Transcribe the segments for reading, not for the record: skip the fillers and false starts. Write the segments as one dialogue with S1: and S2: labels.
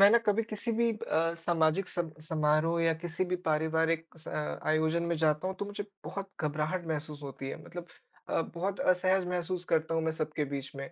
S1: मैं ना कभी किसी भी सामाजिक सम समारोह या किसी भी पारिवारिक आयोजन में जाता हूँ, तो मुझे बहुत घबराहट महसूस होती है। मतलब बहुत असहज महसूस करता हूँ मैं सबके बीच में।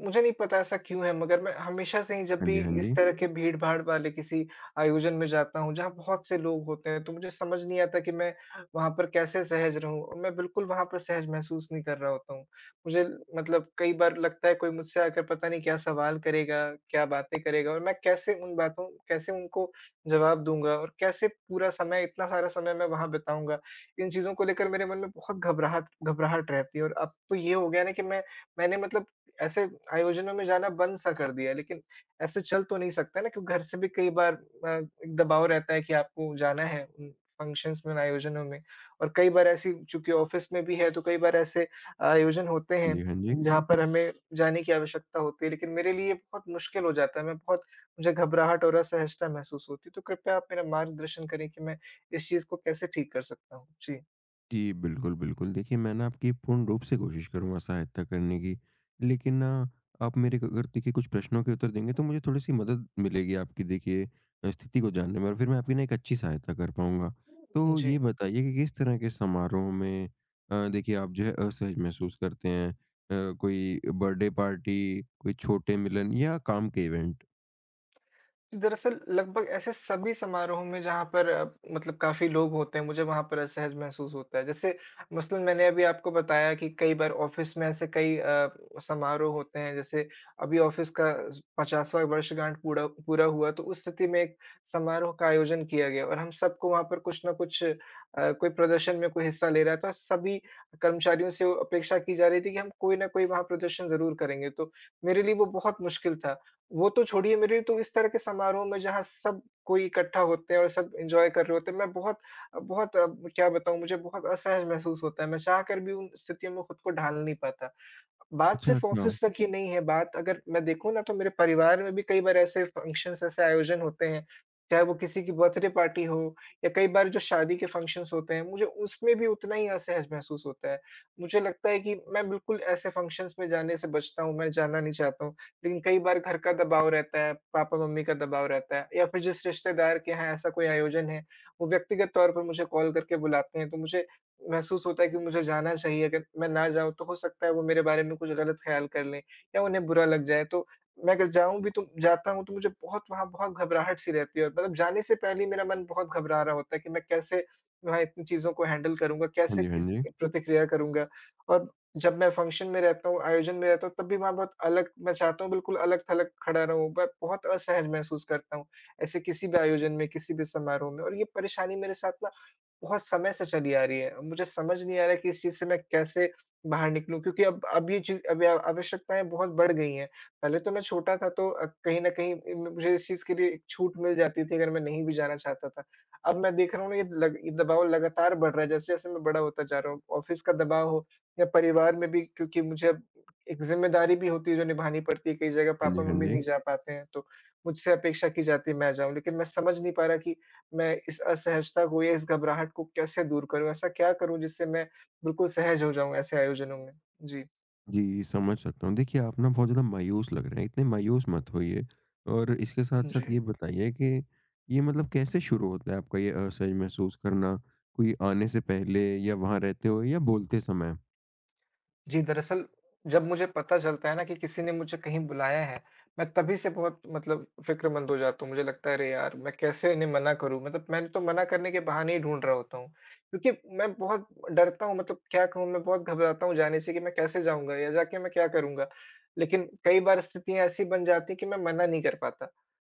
S1: मुझे नहीं पता ऐसा क्यों है, मगर मैं हमेशा से ही जब
S2: हाँ
S1: भी
S2: जी, हाँ
S1: इस
S2: जी।
S1: तरह के भीड़-भाड़ वाले किसी आयोजन में जाता हूँ, जहाँ बहुत से लोग होते हैं, तो मुझे समझ नहीं आता कि मैं वहाँ पर कैसे सहज रहूँ और मैं बिल्कुल वहाँ पर सहज महसूस नहीं कर रहा होता हूँ। मुझे मतलब कई बार लगता है कोई मुझसे आकर पता नहीं क्या सवाल करेगा, क्या बातें करेगा और मैं कैसे उन बातों कैसे उनको जवाब दूँगा और कैसे पूरा समय इतना सारा समय मैं वहाँ बिताऊँगा। इन चीज़ों को लेकर मेरे मन में बहुत घबराहट घबराहट रहती है और अब तो ये हो गया ना कि मैं मैंने मतलब ऐसे आयोजनों में जाना बंद सा कर दिया है, लेकिन ऐसे चल तो नहीं सकता ना क्योंकि घर से भी कई बार एक दबाव रहता है कि आपको जाना है उन फंक्शंस में, उन आयोजनों में और कई बार ऐसी चूँकि ऑफ़िस में भी है तो कई बार ऐसे आयोजन होते
S2: हाँ जी,
S1: हैं,
S2: हाँ जी।
S1: जहाँ पर हमें जाने की आवश्यकता होती है, लेकिन मेरे लिए बहुत मुश्किल हो जाता है, मैं बहुत मुझे घबराहट और असहजता महसूस होती है, तो कृपया आप मेरा मार्गदर्शन करें कि मैं इस चीज़ को कैसे ठीक कर सकता हूँ? जी।
S2: जी, बिल्कुल, बिल्कुल। देखिए, मैं ना आपकी पूर्ण रूप से कोशिश करूँगा सहायता करने की, लेकिन ना आप मेरे को अगर देखिए कुछ प्रश्नों के उत्तर देंगे, तो मुझे थोड़ी-सी मदद मिलेगी आपकी देखिए स्थिति को जानने में और फिर मैं आपकी ना एक अच्छी सहायता कर पाऊँगा। तो
S1: जी।
S2: ये बताइए कि किस तरह के समारोह में देखिए आप जो है असहज महसूस करते हैं? कोई बर्थडे पार्टी, कोई छोटे मिलन या काम के इवेंट?
S1: दरअसल लगभग ऐसे सभी समारोहों में जहाँ पर काफ़ी लोग होते हैं, मुझे वहाँ पर असहज महसूस होता है। जैसे मसलन मैंने अभी आपको बताया कि कई बार ऑफ़िस में ऐसे कई समारोह होते हैं, जैसे अभी ऑफ़िस का स 50वाँ वर्षगांठ पूरा पूरा हुआ, तो उस स्थिति में एक समारोह का आयोजन किया गया और हम सबको वहाँ पर कुछ ना कुछ कोई प्रदर्शन में कोई हिस्सा ले रहा था। सभी कर्मचारियों से अपेक्षा की जा रही थी कि हम कोई ना कोई वहाँ प्रदर्शन ज़रूर करेंगे, तो मेरे लिए वो बहुत मुश्किल था। वो तो छोड़िए मेरे लिए तो इस तरह के समारोह में जहाँ सब कोई इकट्ठा होते हैं और सब एन्जॉय कर रहे होते हैं, मैं बहुत बहुत अ, क्या बताऊँ मुझे बहुत असहज महसूस होता है। मैं चाह कर भी उन स्थितियों में खुद को ढाल नहीं पाता। बात
S2: अच्छा,
S1: सिर्फ़
S2: अच्छा।
S1: ऑफ़िस तक ही नहीं है, बात अगर मैं देखूँ ना तो मेरे परिवार में भी कई बार ऐसे फंक्शन्स, ऐसे आयोजन होते हैं, चाहे वो किसी की बर्थडे पार्टी हो या कई बार जो शादी के फंक्शन्स होते हैं, मुझे उसमें भी उतना ही असहज महसूस होता है। मुझे लगता है कि मैं बिल्कुल ऐसे फंक्शन्स में जाने से बचता हूँ, मैं जाना नहीं चाहता हूँ। लेकिन कई बार घर का दबाव रहता है, पापा-मम्मी का दबाव रहता है या फिर जिस रिश्तेदार के यहाँ ऐसा कोई आयोजन है, वो व्यक्तिगत तौर पर मुझे कॉल करके बुलाते हैं, तो मुझे महसूस होता है कि मुझे जाना चाहिए, अगर मैं ना जाऊँ तो हो सकता है वो मेरे बारे में कुछ गलत ख़्याल कर लें या उन्हें बुरा लग जाए। तो मैं अगर जाऊँ भी तो जाता हूँ तो मुझे बहुत वहाँ बहुत घबराहट सी रहती है और मतलब जाने से पहले ही मेरा मन बहुत घबरा रहा होता है कि मैं कैसे वहाँ इतनी चीज़ों को हैंडल करूँगा,
S2: हाँ
S1: कैसे
S2: जी, हाँ
S1: किस
S2: जी।
S1: प्रतिक्रिया करूँगा। और जब मैं फ़ंक्शन में रहता हूँ, आयोजन में रहता हूँ, तब भी वहाँ बहुत अलग मैं चाहता हूँ बिल्कुल अलग-थलग खड़ा रहूँ, ब बहुत असहज महसूस करता हूँ, ऐसे किसी भी आयोजन में, किसी भी समारोह में और ये परेशानी मेरे साथ ना बहुत समय से चली आ रही है। अब मुझे समझ नहीं आ रहा है कि इस चीज़ से मैं कैसे बाहर निकलूँ? क्योंकि अब ये चीज़ अब या आवश्यकताएँ बहुत बढ़ गई हैं। पहले तो मैं छोटा था तो अ, कहीं न कहीं इ म मुझे इस चीज़ के लिए एक छूट मिल जाती थी अगर मैं नहीं भी जाना चाहता था। अब मैं देख रहा हूँ ना ये दबाव लगातार बढ़ रहा है जैसे-जैसे मैं बड़ा होता जा रहा हूँ। ऑफ़िस का दबाव हो या परिवार में भी क्योंकि मुझे अब एक ज़िम्मेदारी भी होती है जो निभानी पड़ती है। कई जगह
S2: हाँ जी, हाँ
S1: पापा-मम्मी
S2: जी।
S1: नहीं जा पाते हैं तो मुझसे अपेक्षा की जाती है मैं जाऊँ। लेकिन मैं समझ नहीं पा रहा कि मैं इस असहजता को या इस घबराहट को कैसे दूर करूँ? ऐसा क्या करूँ जिससे मैं बिल्कुल सहज हो जाऊँ ऐसे आयोजनों में? जी,
S2: जी, समझ सकता हूँ। देखिए, आप ना बहुत ज़्यादा मायूस लग रहे हैं, इतने मायूस मत होइए, और इसके
S1: जी।
S2: साथ-साथ ये बताइए कि ये मतलब कैसे शुरू होता है आपका ये असहज महसूस करना? कोई आने से पहले या वहाँ रहते हुए या बोलते समय?
S1: जी, दरअसल जब मुझे पता चलता है ना कि किसी ने मुझे कहीं बुलाया है, मैं तभी से बहुत मतलब फ़िक्रमंद हो जाता हूँ। मुझे लगता है अरे यार! मैं कैसे इन्हें मना करूँ? मतलब मैं तो मना करने के बहाने ही ढूँढ रहा होता हूँ। क्योंकि मैं बहुत डरता हूँ मतलब क्या कहूँ मैं बहुत घबराता हूँ जाने से कि मैं कैसे जाऊँगा या जाके मैं क्या करूँगा? लेकिन कई बार स्थितियाँ ऐसी बन जाती हैं कि मैं मना नहीं कर पाता।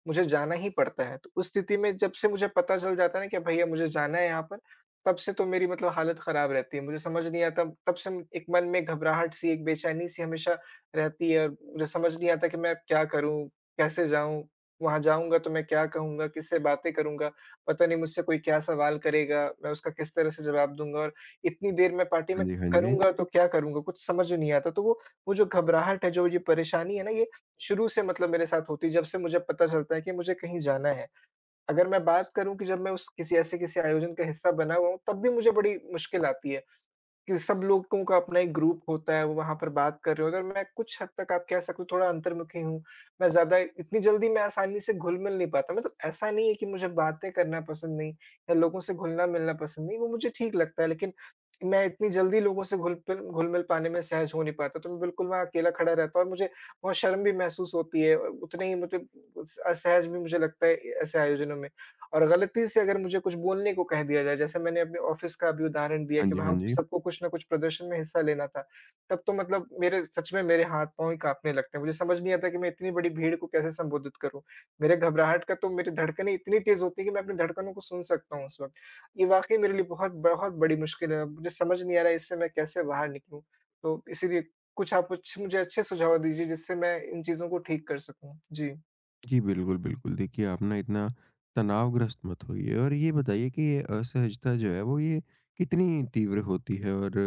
S1: मुझे जाना ही पड़ता है। तो उस स्थिति में जब से मुझे पता चल जाता है ना कि भैया मुझे जाना है यहाँ पर, तब से तो मेरी मतलब हालत खराब रहती है। मुझे समझ नहीं आता तब से एक मन में घबराहट सी, एक बेचैनी सी हमेशा रहती है और मुझे समझ नहीं आता कि मैं अब क्या करूँ? कैसे जाऊँ? वहाँ जाऊँगा तो मैं क्या कहूँगा? किससे बातें करूँगा? पता नहीं मुझसे कोई क्या सवाल करेगा? मैं उसका किस तरह से जवाब दूँगा? और इतनी देर मैं पार्टी में
S2: हाँ जी, हाँ जी।
S1: करूँगा तो क्या करूँगा? कुछ समझ नहीं आता। वो जो घबराहट है, जो ये परेशानी है ना, ये शुरू से मतलब मेरे साथ होती है, जब से मुझे पता चलता है कि मुझे कहीं जाना है। अगर मैं बात करूँ कि जब मैं उस किसी ऐसे किसी आयोजन का हिस्सा बना हुआ हूँ, तब भी मुझे बड़ी मुश्किल आती है कि सब लोगों का अपना एक ग्रुप होता है, वो वहाँ पर बात कर रहे हो। अगर मैं कुछ हद तक आप कह सकते हो थोड़ा अंतर्मुखी हूँ, मैं ज़्यादा इतनी जल्दी मैं आसानी से घुल-मिल नहीं पाता। मतलब ऐसा नहीं है कि मुझे बातें करना पसंद नहीं या लोगों से घुलना-मिलना पसंद नहीं, वो मुझे ठीक लगता है, लेकिन मैं इतनी जल्दी लोगों से घुल-मिल पाने में सहज हो नहीं पाता, तो मैं बिल्कुल वहाँ अकेला खड़ा रहता हूँ और मुझे बहुत शर्म भी महसूस होती है, उतने ही मतलब अस असहज भी मुझे लगता है ऐसे आयोजनों में। और गलती से अगर मुझे कुछ बोलने को कह दिया जाए, जैसे मैंने अपने ऑफ़िस का अभी उदाहरण दिया
S2: हाँ
S1: कि
S2: जी, हाँ
S1: वहाँ
S2: जी।
S1: सबको कुछ न कुछ प्रदर्शन में हिस्सा लेना था, तब तो मतलब मेरे सच में मेरे हाथ-पाँव ही काँपने लगते हैं। मुझे समझ नहीं आता कि मैं इतनी बड़ी भीड़ को कैसे संबोधित करूँ? मेरे घबराहट का तो मेरी धड़कनें इतनी तेज़ होती हैं कि मैं अपनी धड़कनों को सुन सकता हूँ उस वक़्त। ये वाक़ई मेरे लिए बहुत बहुत बड़ी मुश्किल है, मुझे समझ नहीं आ रहा है इससे मैं कैसे बाहर निकलूँ? तो इसीलिए कुछ मुझे अच्छे सुझाव दीजिए जिससे मैं इन चीज़ों को ठीक कर सकूँ। जी।
S2: जी, बिल्कुल, बिल्कुल। देखिए, आप ना इतना तनावग्रस्त मत होइए, और ये बताइए कि ये असहजता जो है वो ये कितनी तीव्र होती है, और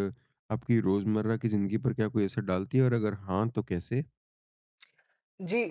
S2: आपकी रोज़मर्रा की ज़िंदगी पर क्या कोई असर डालती है, और अगर हाँ, तो कैसे?
S1: जी,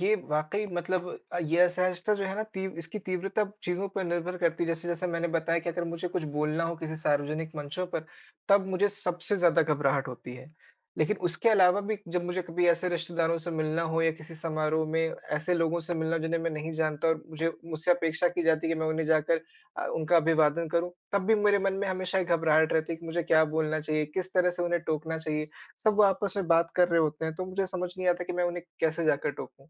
S1: ये वाक़ई मतलब ये असहजता जो है ना तीव इसकी तीव्रता चीज़ों पर निर्भर करती है। जैसे-जैसे मैंने बताया कि अगर मुझे कुछ बोलना हो किसी सार्वजनिक मंचों पर, तब मुझे सबसे ज़्यादा घबराहट होती है। लेकिन उसके अलावा भी जब मुझे कभी ऐसे रिश्तेदारों से मिलना हो या किसी समारोह में ऐसे लोगों से मिलना हो जिन्हें मैं नहीं जानता और मुझे मुझसे अपेक्षा की जाती है कि मैं उन्हें जाकर उनका अभिवादन करूँ, तब भी मेरे मन में हमेशा एक घबराहट रहती है कि मुझे क्या बोलना चाहिए, किस तरह से उन्हें टोकना चाहिए। सब वो आपस में बात कर रहे होते हैं, तो मुझे समझ नहीं आता कि मैं उन्हें कैसे जाकर टोकूँ?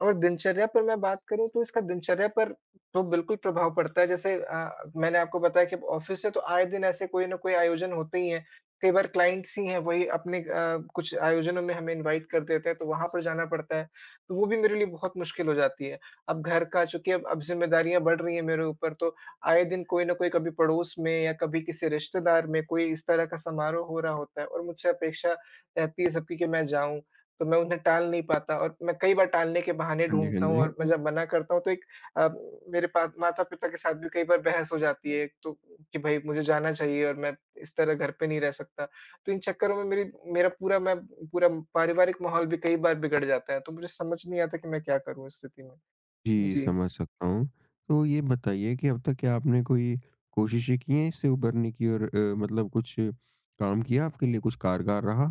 S1: और दिनचर्या पर मैं बात करूँ तो इसका दिनचर्या पर तो बिल्कुल प्रभाव पड़ता है जैसे मैंने आपको बताया कि ऑफ़िस से तो आए दिन ऐसे कोई ना कोई आयोजन होते ही हैं। कई बार क्लाइंट्स ही हैं वही अपने कुछ आयोजनों में हमें इनवाइट कर देते हैं, तो वहाँ पर जाना पड़ता है, तो वो भी मेरे लिए बहुत मुश्किल हो जाती है। अब घर का चूँकि अब ज़िम्मेदारियाँ बढ़ रही हैं मेरे ऊपर तो आए दिन कोई ना कोई कभी पड़ोस में या कभी किसी रिश्तेदार में कोई इस तरह का समारोह हो रहा होता है और मुझसे अपेक्षा रहती है सबकी कि मैं जाऊँ, तो मैं उन्हें टाल नहीं पाता और मैं कई बार टालने के बहाने
S2: हाँ जी, हाँ
S1: ढूँढता हूँ
S2: जी।
S1: और मैं जब मना करता हूँ तो एक अ, मेरे पा माता-पिता के साथ भी कई बार बहस हो जाती है तो कि भई मुझे जाना चाहिए और मैं इस तरह घर पे नहीं रह सकता। तो इन चक्करों में मेरी मेरा पूरा मैं पूरा पारिवारिक माहौल भी कई बार बिगड़ जाता है, तो मुझे समझ नहीं आता कि मैं क्या करूँ इस स्थिति में?
S2: जी,
S1: जी।
S2: समझ सकता हूँ। तो ये बताइए कि अब तक क्या आपने कोई कोशिशें की हैं इससे उभरने की, और मतलब कुछ काम किया, आपके लिए कुछ कारगर रहा?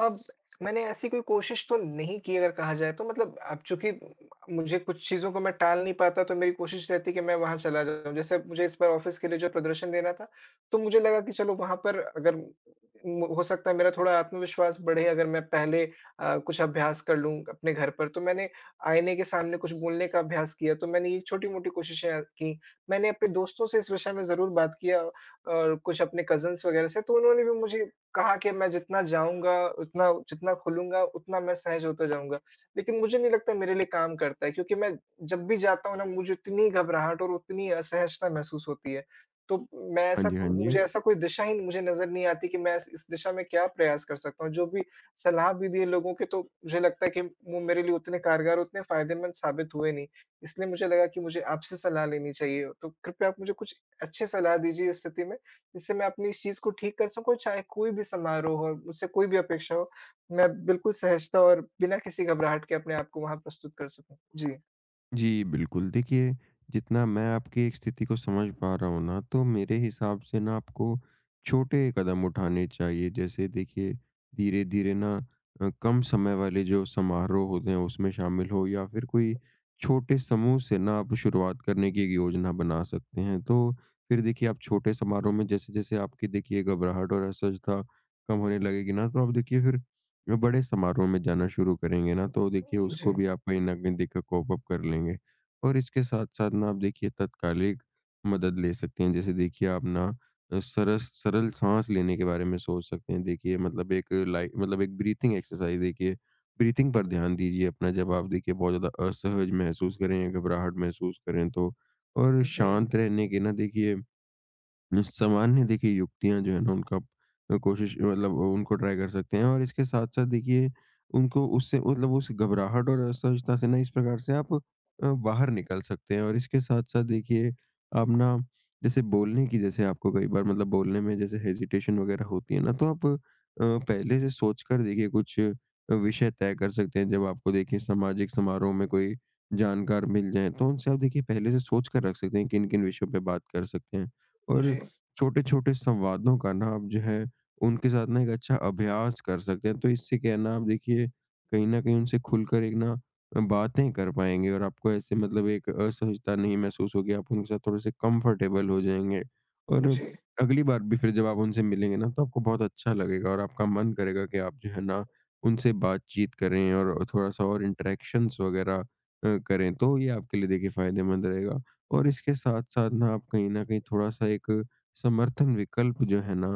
S1: अब मैंने ऐसी कोई कोशिश तो नहीं की अगर कहा जाए तो मतलब अब चूँकि मुझे कुछ चीज़ों को मैं टाल नहीं पाता तो मेरी कोशिश रहती है कि मैं वहाँ चला जाऊँ। जैसे अब मुझे इस बार ऑफ़िस के लिए जो प्रदर्शन देना था, तो मुझे लगा कि चलो वहाँ पर अगर म हो सकता है मेरा थोड़ा आत्मविश्वास बढ़े अगर मैं पहले कुछ अभ्यास कर लूँ अपने घर पर। तो मैंने आईने के सामने कुछ बोलने का अभ्यास किया, तो मैंने ये छोटी-मोटी कोशिशें की। मैंने अपने दोस्तों से इस विषय में ज़रूर बात किया और कुछ अपने कज़िन्स वग़ैरह से, तो उन्होंने भी मुझे कहा कि मैं जितना जाऊँगा, उतना जितना खुलूँगा, उतना मैं सहज होता जाऊँगा। लेकिन मुझे नहीं लगता मेरे लिए काम करता है क्योंकि मैं जब भी जाता हूँ ना, मुझे उतनी घबराहट और उतनी असहजता महसूस होती है। तो मैं
S2: हाँ
S1: ऐसा
S2: जी,
S1: को
S2: हाँ जी।
S1: मुझे ऐसा कोई दिशा ही मुझे नज़र नहीं आती कि मैं इस दिशा में क्या प्रयास कर सकता हूँ। जो भी सलाह भी दी है लोगों के तो मुझे लगता है कि वो मेरे लिए उतने कारगर, उतने फ़ायदेमंद साबित हुए नहीं। इसलिए मुझे लगा कि मुझे आपसे सलाह लेनी चाहिए। तो कृपया आप मुझे कुछ अच्छी सलाह दीजिए इस स्थिति में। जिससे मैं अपनी इस चीज़ को ठीक कर सकूँ चाहे कोई भी समारोह हो, मुझसे कोई भी अपेक्षा हो, मैं बिल्कुल सहजता और बिना किसी घबराहट के अपने आप को वहाँ प्रस्तुत कर सकूँ। जी।
S2: जी, बिल्कुल। देखिए, जितना मैं आपकी एक स्थिति को समझ पा रहा हूँ ना, तो मेरे हिसाब से ना आपको छोटे कदम उठाने चाहिए। जैसे देखिए, धीरे-धीरे ना कम समय वाले जो समारोह होते हैं, उसमें शामिल हो, या फिर कोई छोटे समूह से ना आप शुरुआत करने की एक योजना बना सकते हैं। तो फिर देखिए, आप छोटे समारोह में जैसे-जैसे आपकी देखिए घबराहट और असहजता कम होने लगेगी ना, तो आप देखिए फिर बड़े समारोह में जाना शुरू करेंगे ना, तो देखिए उसको
S1: जी।
S2: भी आप कहीं न कहीं देखिए कोप अप कर लेंगे। और इसके साथ-साथ ना आप देखिए तत्कालिक मदद ले सकते हैं। जैसे देखिए आप ना अ, सरस सरल साँस लेने के बारे में सोच सकते हैं। देखिए मतलब एक लाइ मतलब एक ब्रीथिंग एक्सरसाइज़, देखिए ब्रीथिंग पर ध्यान दीजिए अपना, जब आप देखिए बहुत ज़्यादा असहज महसूस करें या घबराहट महसूस करें तो। और
S1: जी।
S2: शांत रहने के ना देखिए सामान्य देखिए युक्तियाँ जो है ना, उनका कोशिश मतलब उनको ट्राई कर सकते हैं, और इसके साथ-साथ देखिए उनको उससे मतलब उस घबराहट और असहजता से ना इस प्रकार से आप बाहर निकल सकते हैं। और इसके साथ-साथ देखिए आप ना, जैसे बोलने की, जैसे आपको कई बार मतलब बोलने में जैसे हेजिटेशन वगैरह होती है ना, तो आप पहले से सोच कर देखिए कुछ विषय तय कर सकते हैं। जब आपको देखिए सामाजिक समारोह में कोई जानकार मिल जाएँ, तो उनसे आप देखिए पहले से सोच कर रख सकते हैं किन-किन विषयों पे बात कर सकते हैं, और
S1: जी।
S2: छोटे-छोटे संवादों का ना आप जो है उनके साथ ना एक अच्छा अभ्यास कर सकते हैं। तो इससे क्या है ना, आप देखिए कहीं न कहीं उनसे खुलकर एक ना बातें कर पाएँगे, और आपको ऐसे मतलब एक असहजता नहीं महसूस होगी। आप उनके साथ थोड़े-से कंफर्टेबल हो जाएँगे, और
S1: जी।
S2: अगली बार भी फिर जब आप उनसे मिलेंगे ना, तो आपको बहुत अच्छा लगेगा, और आपका मन करेगा कि आप जो है ना उनसे बातचीत करें और थोड़ा-सा और इंटरैक्शंस वग़ैरह करें। तो ये आपके लिए देखिए फ़ायदेमंद रहेगा। और इसके साथ-साथ ना आप कहीं न कहीं थोड़ा-सा एक समर्थन विकल्प जो है ना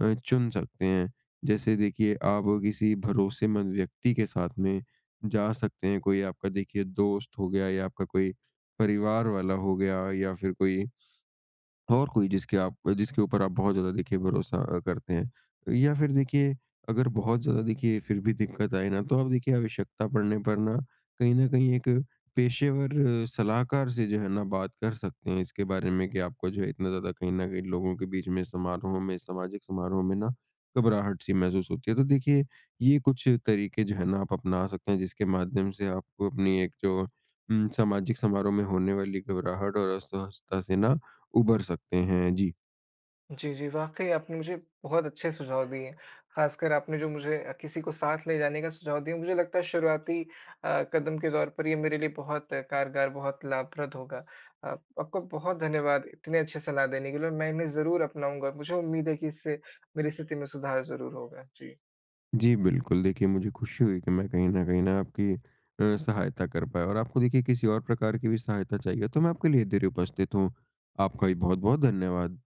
S2: चुन सकते हैं। जैसे देखिए आप किसी भरोसेमंद व्यक्ति के साथ में जा सकते हैं। कोई आपका देखिए दोस्त हो गया, या आपका कोई परिवार वाला हो गया, या फिर कोई और कोई जिसके ऊपर आप बहुत ज़्यादा देखिए भरोसा करते हैं। या फिर देखिए अगर बहुत ज़्यादा देखिए फिर भी दिक्कत आए ना, तो आप देखिए आवश्यकता पड़ने पर ना कहीं न कहीं एक पेशेवर सलाहकार से जो है ना बात कर सकते हैं, इसके बारे में कि आपको जो है इतना ज़्यादा कहीं न कहीं लोगों के बीच में, समारोह में, सामाजिक समारोह में ना घबराहट सी महसूस होती है। तो देखिए, ये कुछ तरीके जो है ना आप अपना सकते हैं, जिसके माध्यम से आपको अपनी एक जो सामाजिक समारोह में होने वाली घबराहट और अस्वस्थता से ना उभर सकते हैं। जी।
S1: जी, वाक़ई आपने मुझे बहुत अच्छे सुझाव दिए। ख़ासकर आपने जो मुझे किसी को साथ ले जाने का सुझाव दिया, मुझे लगता है शुरुआती कदम के तौर पर ये मेरे लिए बहुत कारगर, बहुत लाभप्रद होगा। अ, आपका बहुत धन्यवाद इतनी अच्छी सलाह देने के लिए और मैं इन्हें ज़रूर अपनाऊँगा। मुझे उम्मीद है कि इससे मेरी स्थिति में सुधार ज़रूर होगा। जी।
S2: जी, बिल्कुल। देखिए, मुझे खुशी हुई कि मैं कहीं न कहीं ना आपकी सहायता कर पाया, और आपको देखिए किसी और प्रकार की भी सहायता चाहिए तो मैं आपके लिए इधर ही उपस्थित हूँ। आपका भी बहुत-बहुत धन्यवाद।